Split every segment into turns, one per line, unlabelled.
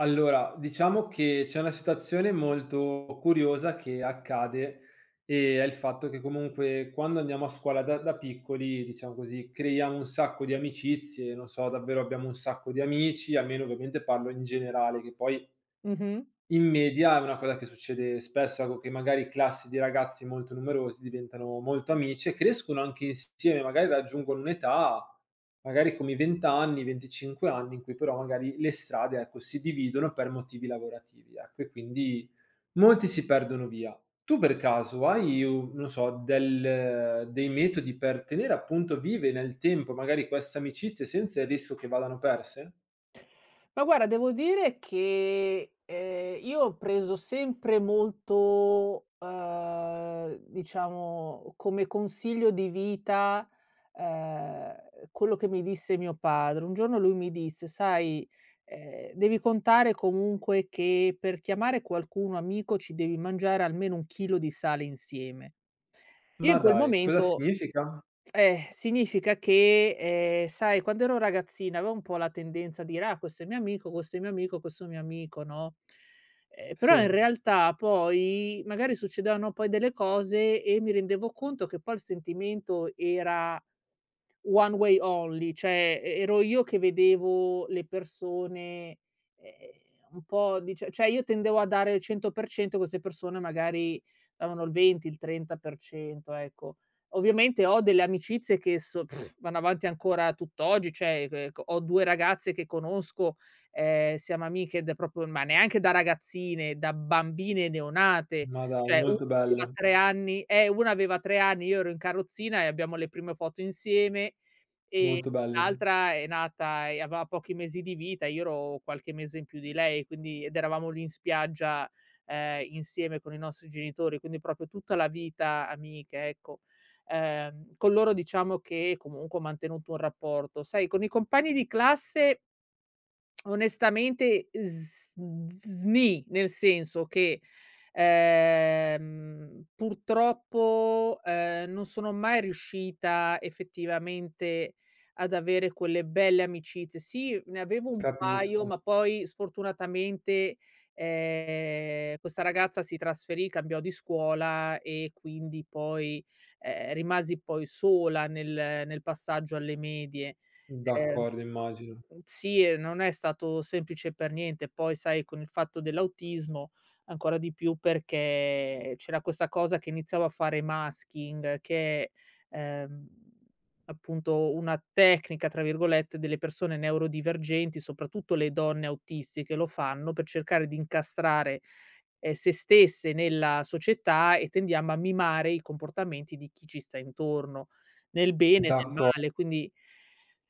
Allora, diciamo che c'è una situazione molto curiosa che accade, e è il fatto che comunque quando andiamo a scuola da piccoli, diciamo così, creiamo un sacco di amicizie, non so, davvero abbiamo un sacco di amici, almeno ovviamente parlo in generale, che poi
Mh-mh.
in media è una cosa che succede spesso, ecco, che magari classi di ragazzi molto numerosi diventano molto amici e crescono anche insieme, magari raggiungono un'età, magari come i 20 anni, 25 anni, in cui però magari le strade, ecco, si dividono per motivi lavorativi, ecco, e quindi molti si perdono via. Tu per caso hai, u non so, del dei metodi per tenere appunto vive nel tempo magari queste amicizie senza il rischio che vadano perse?
Ma guarda devo dire che, io ho preso sempre molto, diciamo come consiglio di vita, ehm, quello che mi disse mio padre. Un giorno lui mi disse: "Sai, devi contare comunque che per chiamare qualcuno amico ci devi mangiare almeno un chilo di sale insieme". Io
Ma
in quel
dai, cosa
momento
significa?
eh, significa che, sai quando ero ragazzina avevo un po' la tendenza a dire: "Ah, questo è mio amico, questo è mio amico, questo è mio amico", no,
Sì.
però in realtà poi magari succedevano poi delle cose e mi rendevo conto che poi il sentimento era one way only, cioè e ero io che vedevo le persone, ehm, un po' dice cioè, io tendevo a dare il 100%, queste persone magari davano il 20, il 30%, ecco. Ovviamente ho delle amicizie che so pff, vanno avanti ancora tutt'oggi, cioè, c ho 2 ragazze che conosco, siamo amiche da proprio ma neanche da ragazzine, da bambine neonate,
Ma dai,
cioè una
molto
aveva
bello,
3 anni una aveva 3 anni, io ero in carrozzina e abbiamo le prime foto insieme. E
molto bello.
l'altra è nata e aveva pochi mesi di vita, io ero qualche mese in più di lei, quindi ed eravamo lì in spiaggia, insieme con i nostri genitori, quindi proprio tutta la vita amiche, ecco. Con loro diciamo che comunque ho mantenuto un rapporto. Sai, con i compagni di classe onestamente s sni, nel senso che, purtroppo, non sono mai riuscita effettivamente ad avere quelle belle amicizie. Sì, ne avevo un paio,
Capisco,
ma poi sfortunatamente, questa ragazza si trasferì, cambiò di scuola e quindi poi, rimasi poi sola nel passaggio alle medie. Ehm
d'accordo, immagino.
Mhmm, sì e non è stato semplice per niente. Poi sai con il fatto dell'autismo ancora di più perché c'era questa cosa che iniziava a fare masking che è, appunto una tecnica tra virgolette delle persone neurodivergenti, soprattutto le donne autistiche lo fanno per cercare di incastrare, se stesse nella società e tendiamo a mimare i comportamenti di chi ci sta intorno, nel bene e nel
D'acco
male. Quindi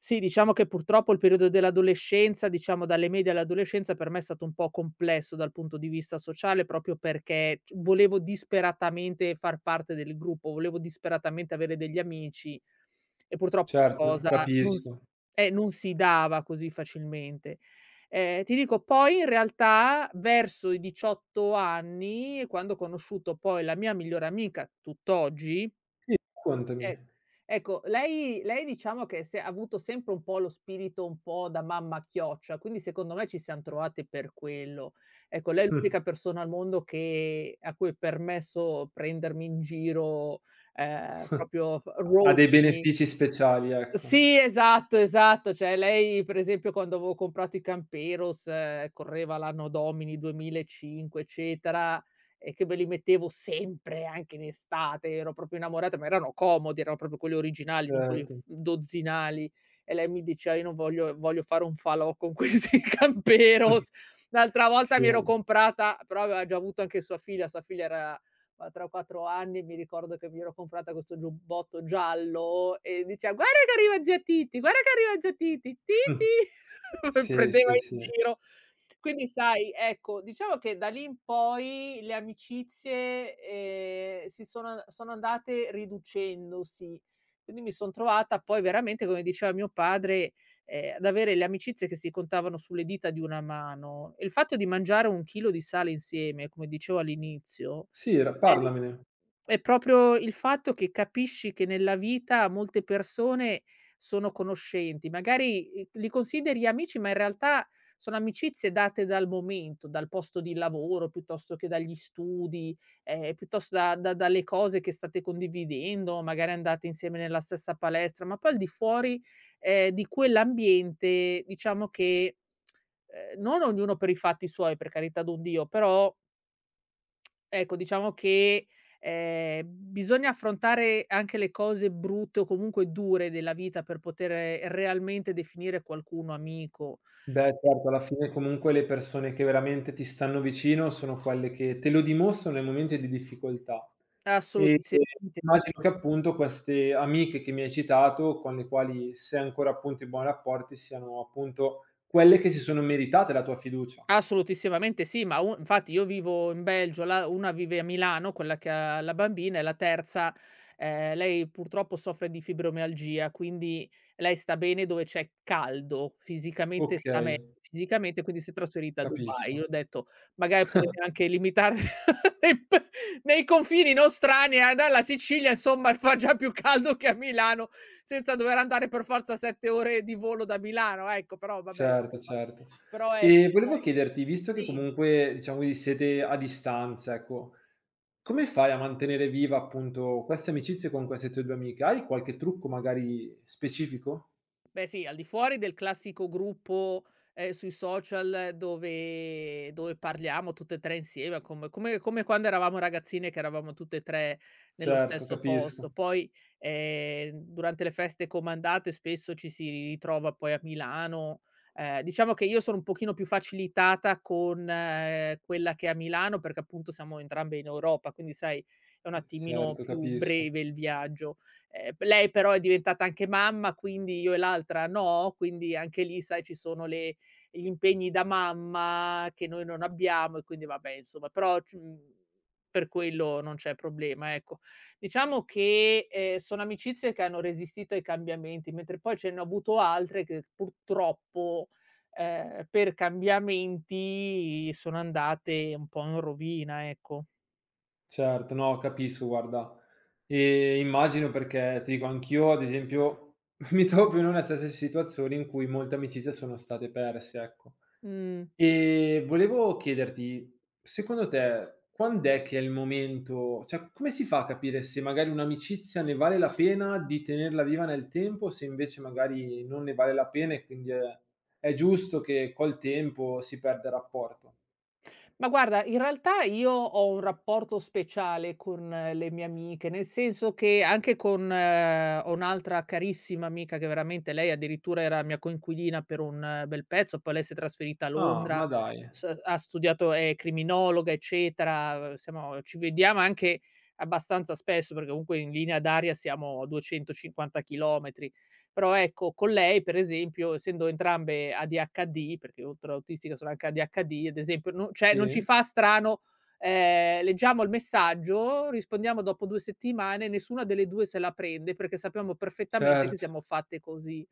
sì, diciamo che purtroppo il periodo dell'adolescenza, diciamo dalle medie all'adolescenza, per me è stato un po' complesso dal punto di vista sociale, proprio perché c volevo disperatamente far parte del gruppo, volevo disperatamente avere degli amici e purtroppo la
Certo,
cosa non s
capisco.
non si dava così facilmente. Ti dico poi in realtà verso i 18 anni, quando ho conosciuto poi la mia migliore amica tutt'oggi
Sì, raccontami.
e ecco, lei diciamo che se ha avuto sempre un po' lo spirito un po' da mamma chioccia, quindi secondo me ci siam trovate per quello. Ecco, lei è
Mh.
l'unica persona al mondo che a cui è permesso prendermi in giro, proprio
Ha dei
roast me.
benefici speciali, ecco.
Sì, esatto, esatto. Cioè lei, per esempio, quando avevo comprato i Camperos, correva l'anno domini 2005 eccetera, e che me li mettevo sempre, anche in estate, ero proprio innamorata, ma erano comodi, erano proprio quelli originali, non quelli
Certo.
f dozzinali. E lei mi diceva: "Io non voglio fare un falò con questi
Mh.
Camperos." L'altra volta
Sì,
mi ero comprata però aveva già avuto anche sua figlia era a 3 o 4 anni mi ricordo che mi ero comprata questo giubbotto giallo e diceva: "Guarda che arriva zia Titi, guarda che arriva zia Titi,
mh.
Titi!" Me
Sì,
prendeva
sì,
in
sì.
giro. Quindi sai, ecco, diciamo che da lì in poi le amicizie, si sono andate riducendosi. Quindi mi son trovata poi veramente, come diceva mio padre, ad avere le amicizie che si contavano sulle dita di una mano. E il fatto di mangiare un chilo di sale insieme, come dicevo all'inizio,
Sì, ra
è
parlamene.
è proprio il fatto che capisci che nella vita molte persone sono conoscenti, magari, li consideri amici, ma in realtà sono amicizie date dal momento, dal posto di lavoro, piuttosto che dagli studi, piuttosto da dalle cose che state condividendo, magari andate insieme nella stessa palestra, ma poi al di fuori, di quell'ambiente diciamo che, non ognuno per i fatti suoi, per carità d'un Dio, però ecco, diciamo che, bisogna affrontare anche le cose brutte o comunque dure della vita per poter realmente definire qualcuno amico.
Beh, certo, alla fine comunque le persone che veramente ti stanno vicino sono quelle che te lo dimostrano nei momenti di difficoltà. E
Assolutissimamente sì.
immagino che appunto queste amiche che mi hai citato, con le quali sei ancora appunto in buoni rapporti, siano appunto quelle che si sono meritate la tua fiducia.
Assolutissimamente sì, ma u infatti io vivo in Belgio, la una vive a Milano, quella che ha la bambina, e la terza, lei purtroppo soffre di fibromialgia, quindi lei sta bene dove c'è caldo, fisicamente sta
Okay,
meglio, fisicamente, quindi si è trasferita a Dubai. Io
capisco.
ho detto: "Magari potete anche limitarvi nei p nei confini non strani, dalla Sicilia insomma fa già più caldo che a Milano, senza dover andare per forza 7 ore di volo da Milano", ecco, però vabbè
Certo,
insomma.
certo.
Però ecco,
E volevo
sai
chiederti, visto che
sì,
comunque diciamo vi siete a distanza, ecco, come fai a mantenere viva appunto queste amicizie con queste tue 2 amiche? Hai qualche trucco magari specifico?
beh sì, al di fuori del classico gruppo, sui social dove parliamo tutte e 3 insieme, come quando eravamo ragazzine che eravamo tutte e 3 nello
Certo,
stesso
capisco.
posto. Poi, durante le feste comandate spesso ci si ritrova poi a Milano. Diciamo che io sono un pochino più facilitata con quella che è a Milano, perché appunto siamo entrambe in Europa, quindi sai, è un attimino
Certo,
più
capisco.
breve il viaggio. P lei però è diventata anche mamma, quindi io e l'altra no, quindi anche lì sai ci sono le gli impegni da mamma che noi non abbiamo e quindi vabbè insomma, però c mhmm, per quello non c'è problema, ecco. Diciamo che, sono amicizie che hanno resistito ai cambiamenti, mentre poi ce ne ho avuto altre che purtroppo, per cambiamenti sono andate un po' in rovina, ecco.
Certo, no, capisco guarda. Immagino, perché ti dico anch'io ad esempio mi trovo in una stessa situazione in cui molte amicizie sono state perse, ecco.
Mh.
Volevo chiederti, secondo te quand'è che è il momento, cioè come si fa a capire se magari un'amicizia ne vale la pena di tenerla viva nel tempo, se invece magari non ne vale la pena e quindi è giusto che col tempo si perda il rapporto?
Ma guarda, in realtà io ho un rapporto speciale con le mie amiche, nel senso che anche con ho un'altra carissima amica che veramente lei addirittura era mia coinquilina per un bel pezzo, poi lei si è trasferita a
Ah,
Londra,
ma dai.
s ha studiato è criminologa, eccetera, siamo ci vediamo anche abbastanza spesso, perché comunque in linea d'aria siamo a 250 chilometri. Però ecco, con lei per esempio, essendo entrambe ADHD, perché oltre all'autistica sono anche ADHD, ad esempio, no cioè non ci
Sì,
fa strano, leggiamo il messaggio, rispondiamo dopo 2 settimane, nessuna delle 2 se la prende, perché sappiamo perfettamente che
certo.
siamo fatte così.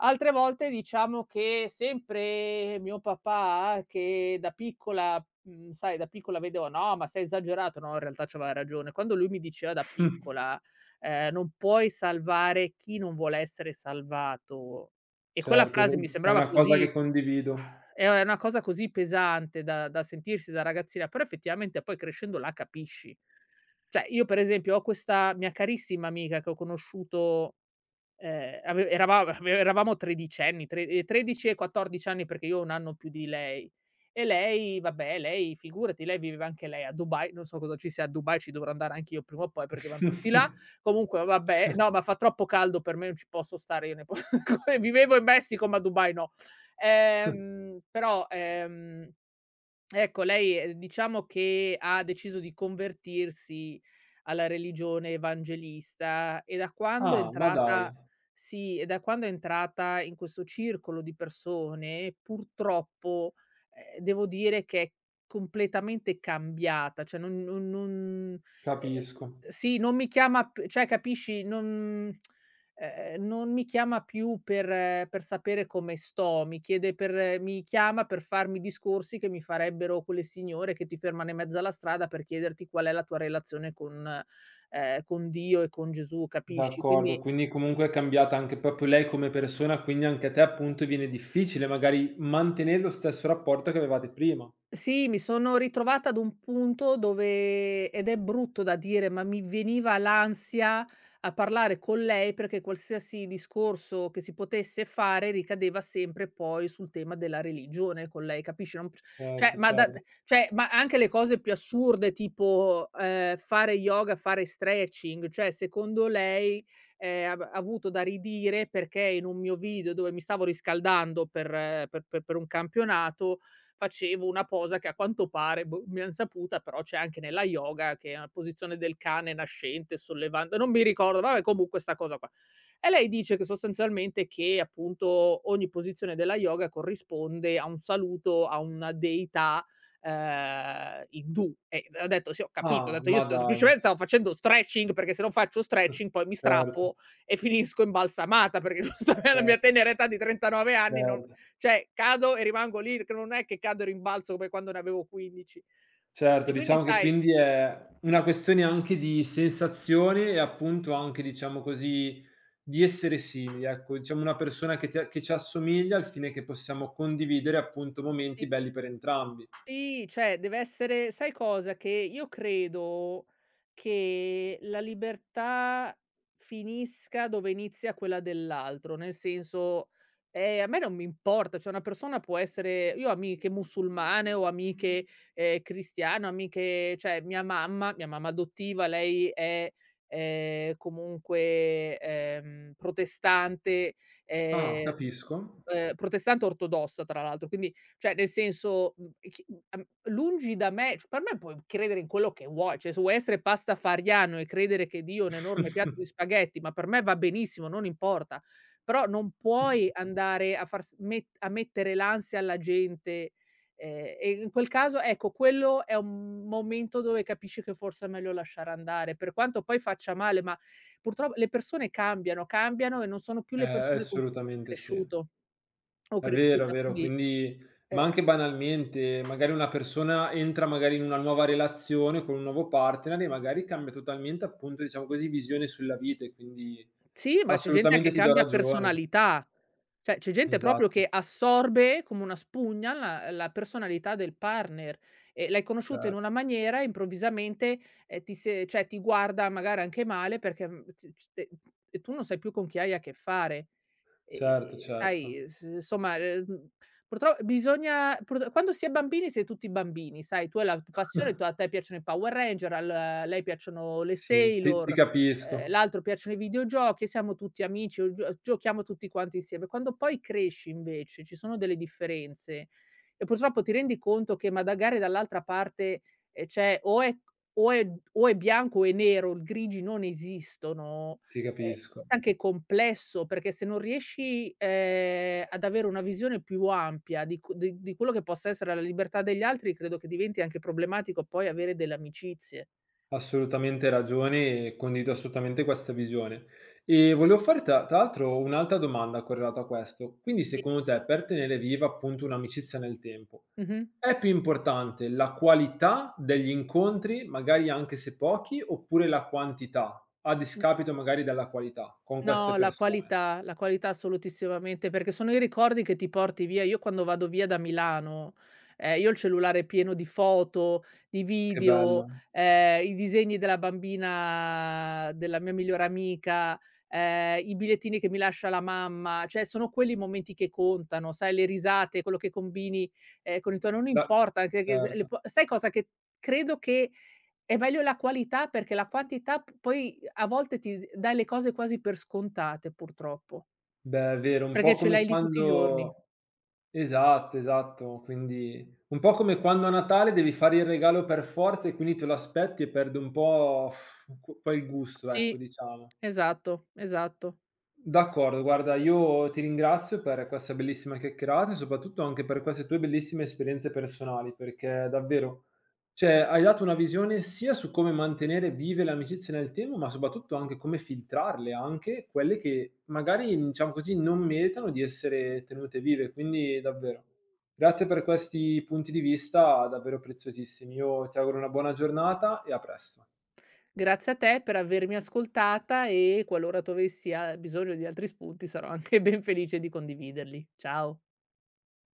Altre volte diciamo che sempre mio papà, che da piccola mhmm, sai da piccola vedevo: "No, ma sei esagerato", no in realtà c'aveva ragione. Quando lui mi diceva da piccola non puoi salvare chi non vuole essere salvato. E quella
Certo, è
frase mi
ve è
sembrava
una cosa
così
che condivido.
è una cosa così pesante da sentirsi da ragazzina, però effettivamente poi crescendo la capisci. Cioè, io per esempio ho questa mia carissima amica che ho conosciuto ehm, ave erava eravamo tredicenni, tre 13 e 14 anni perché io ho un anno più di lei. E lei vabbè, lei figurati, lei viveva anche lei a Dubai, non so cosa ci sia a Dubai, ci dovrò andare anch'io prima o poi perché van tutti là. Comunque vabbè, no, ma fa troppo caldo per me, non ci posso stare io ne po vivevo in Messico, ma a Dubai no. Però, ecco, lei, diciamo che ha deciso di convertirsi alla religione evangelista e da quando è
Ah, ma dai,
entrata sì, e da quando è entrata in questo circolo di persone, purtroppo, devo dire che è completamente cambiata, cioè non ehm,
capisco.
sì, non mi chiama p cioè capisci, non mi chiama più per sapere come sto, mi chiede per mi chiama per farmi discorsi che mi farebbero quelle signore che ti fermano in mezzo alla strada per chiederti qual è la tua relazione con Dio e con Gesù, capisci?
D'accordo,
Quindi
quindi comunque è cambiata anche proprio lei come persona, quindi anche a te appunto viene difficile magari mantenere lo stesso rapporto che avevate prima.
sì, mi sono ritrovata ad un punto dove ed è brutto da dire, ma mi veniva l'ansia a parlare con lei perché qualsiasi discorso che si potesse fare ricadeva sempre poi sul tema della religione con lei, capisci? Non p cioè
Certo,
ma da
certo.
cioè ma anche le cose più assurde tipo, fare yoga, fare stretching, cioè secondo lei, ab ha avuto da ridire perché in un mio video dove mi stavo riscaldando per per un campionato facevo una posa che a quanto pare, boh, ben saputa, però c'è anche nella yoga, che è una posizione del cane nascente, sollevando, non mi ricordo, vabbè comunque sta cosa qua. E lei dice che sostanzialmente che appunto ogni posizione della yoga corrisponde a un saluto a una deità, indù. E ho detto: "Sì, ho capito", ho
Ah,
detto: "Io
ma
sto
dai.
semplicemente stavo facendo stretching, perché se non faccio stretching poi mi
Certo,
strappo e finisco imbalsamata", perché giustame alla mia
certo,
tenera età di 39 anni non
certo.
cioè, cado e rimango lì, che non è che cado e rimbalzo come quando ne avevo 15.
Certo,
E quindi
diciamo che
sai
quindi è una questione anche di sensazioni e appunto anche, diciamo così, di essere simili, ecco, diciamo una persona che ti a che ci assomiglia al fine che possiamo condividere appunto momenti
sì.
belli per entrambi.
Sì, cioè deve essere sai cosa? Che io credo che la libertà finisca dove inizia quella dell'altro, nel senso, a me non mi importa, cioè una persona può essere io ho amiche musulmane, ho amiche, cristiane, ho amiche cioè mia mamma adottiva, lei è, comunque, protestante,
Ah,
ehm,
capisco.
protestante ortodossa tra l'altro, quindi cioè nel senso, mhmm, chi mhmm, am lungi da me c per me puoi credere in quello che vuoi, cioè se vuoi essere pastafariano e credere che Dio è un enorme piatto di spaghetti, ma per me va benissimo, non importa. Però non puoi andare a far s met a mettere l'ansia alla gente, e in quel caso ecco, quello è un momento dove capisci che forse è meglio lasciare andare, per quanto poi faccia male, ma purtro le persone cambiano, cambiano e non sono più le
Eh,
persone con cui sei
assolutamente sì.
cresciuto o
È vero, è
cresciuta,
vero.
quindi,
Quindi ma
ehm
anche banalmente, magari una persona entra magari in una nuova relazione con un nuovo partner e magari cambia totalmente, appunto, diciamo così, visione sulla vita e quindi
sì, ma c'è gente anche
assolutamente
che
ti do
cambia
ragione.
personalità. Cioè, c'è gente proprio
Esatto,
che assorbe come una spugna la personalità del partner e l'hai conosciuta in
certo.
una maniera, improvvisamente, ti se cioè ti guarda magari anche male perché, mhmm, t c e tu non sai più con chi hai a che fare.
Certo,
E
certo.
sai, s insomma, mhmm, purtro bisogna purt quando si è bambini si è tutti bambini, sai, tu hai la t passione, tu a te piacciono i Power Ranger, al a lei piacciono le
Sì, ti
Sailor,
capisco,
l'altro piacciono i videogiochi e siamo tutti amici o gio giochiamo tutti quanti insieme. Quando poi cresci invece ci sono delle differenze e purtroppo ti rendi conto che magari dall'altra parte, c'è o è o è bianco o è nero, il grigi non esistono
ti
ehm,
capisco.
diventa anche complesso, perché se non riesci, ad avere una visione più ampia di co di quello che possa essere la libertà degli altri, credo che diventi anche problematico poi avere delle amicizie.
Assolutamente ragione e condivido assolutamente questa visione. E volevo fare tra l'altro un'altra domanda correlata a questo. Quindi
Sì.
secondo te per tenere viva appunto un'amicizia nel tempo
Mh-mh.
è più importante la qualità degli incontri, magari anche se pochi, oppure la quantità, a
Mh.
discapito magari della qualità con queste
No,
persone?
la qualità assolutissimamente, perché sono i ricordi che ti porti via. Io quando vado via da Milano, io ho il cellulare pieno di foto, di
Che
video,
bello.
i disegni della bambina della mia migliore amica, i bigliettini che mi lascia la mamma, cioè sono quelli i momenti che contano, sai le risate, quello che combini, con i tuoi non
La
importa anche che s le
Certo.
p sai cosa che credo che è meglio la qualità perché la quantità p poi a volte ti d dai le cose quasi per scontate purtroppo,
Beh, è vero, un
perché
po'
ce
come
l'hai lì tutti i giorni.
quando esatto, esatto, quindi un po' come quando a Natale devi fare il regalo per forza e quindi te lo aspetti e perde un po' quel gusto, ecco,
Sì,
diciamo.
esatto, esatto.
D'accordo, guarda, io ti ringrazio per questa bellissima chiacchierata e soprattutto anche per queste tue bellissime esperienze personali, perché davvero, cioè, hai dato una visione sia su come mantenere vive le amicizie nel tempo, ma soprattutto anche come filtrarle, anche quelle che magari, diciamo così, non meritano di essere tenute vive. Quindi davvero, grazie per questi punti di vista davvero preziosissimi. Io ti auguro una buona giornata e a presto.
Grazie a te per avermi ascoltata e qualora tu avessi a bisogno di altri spunti sarò anche ben felice di condividerli. Ciao.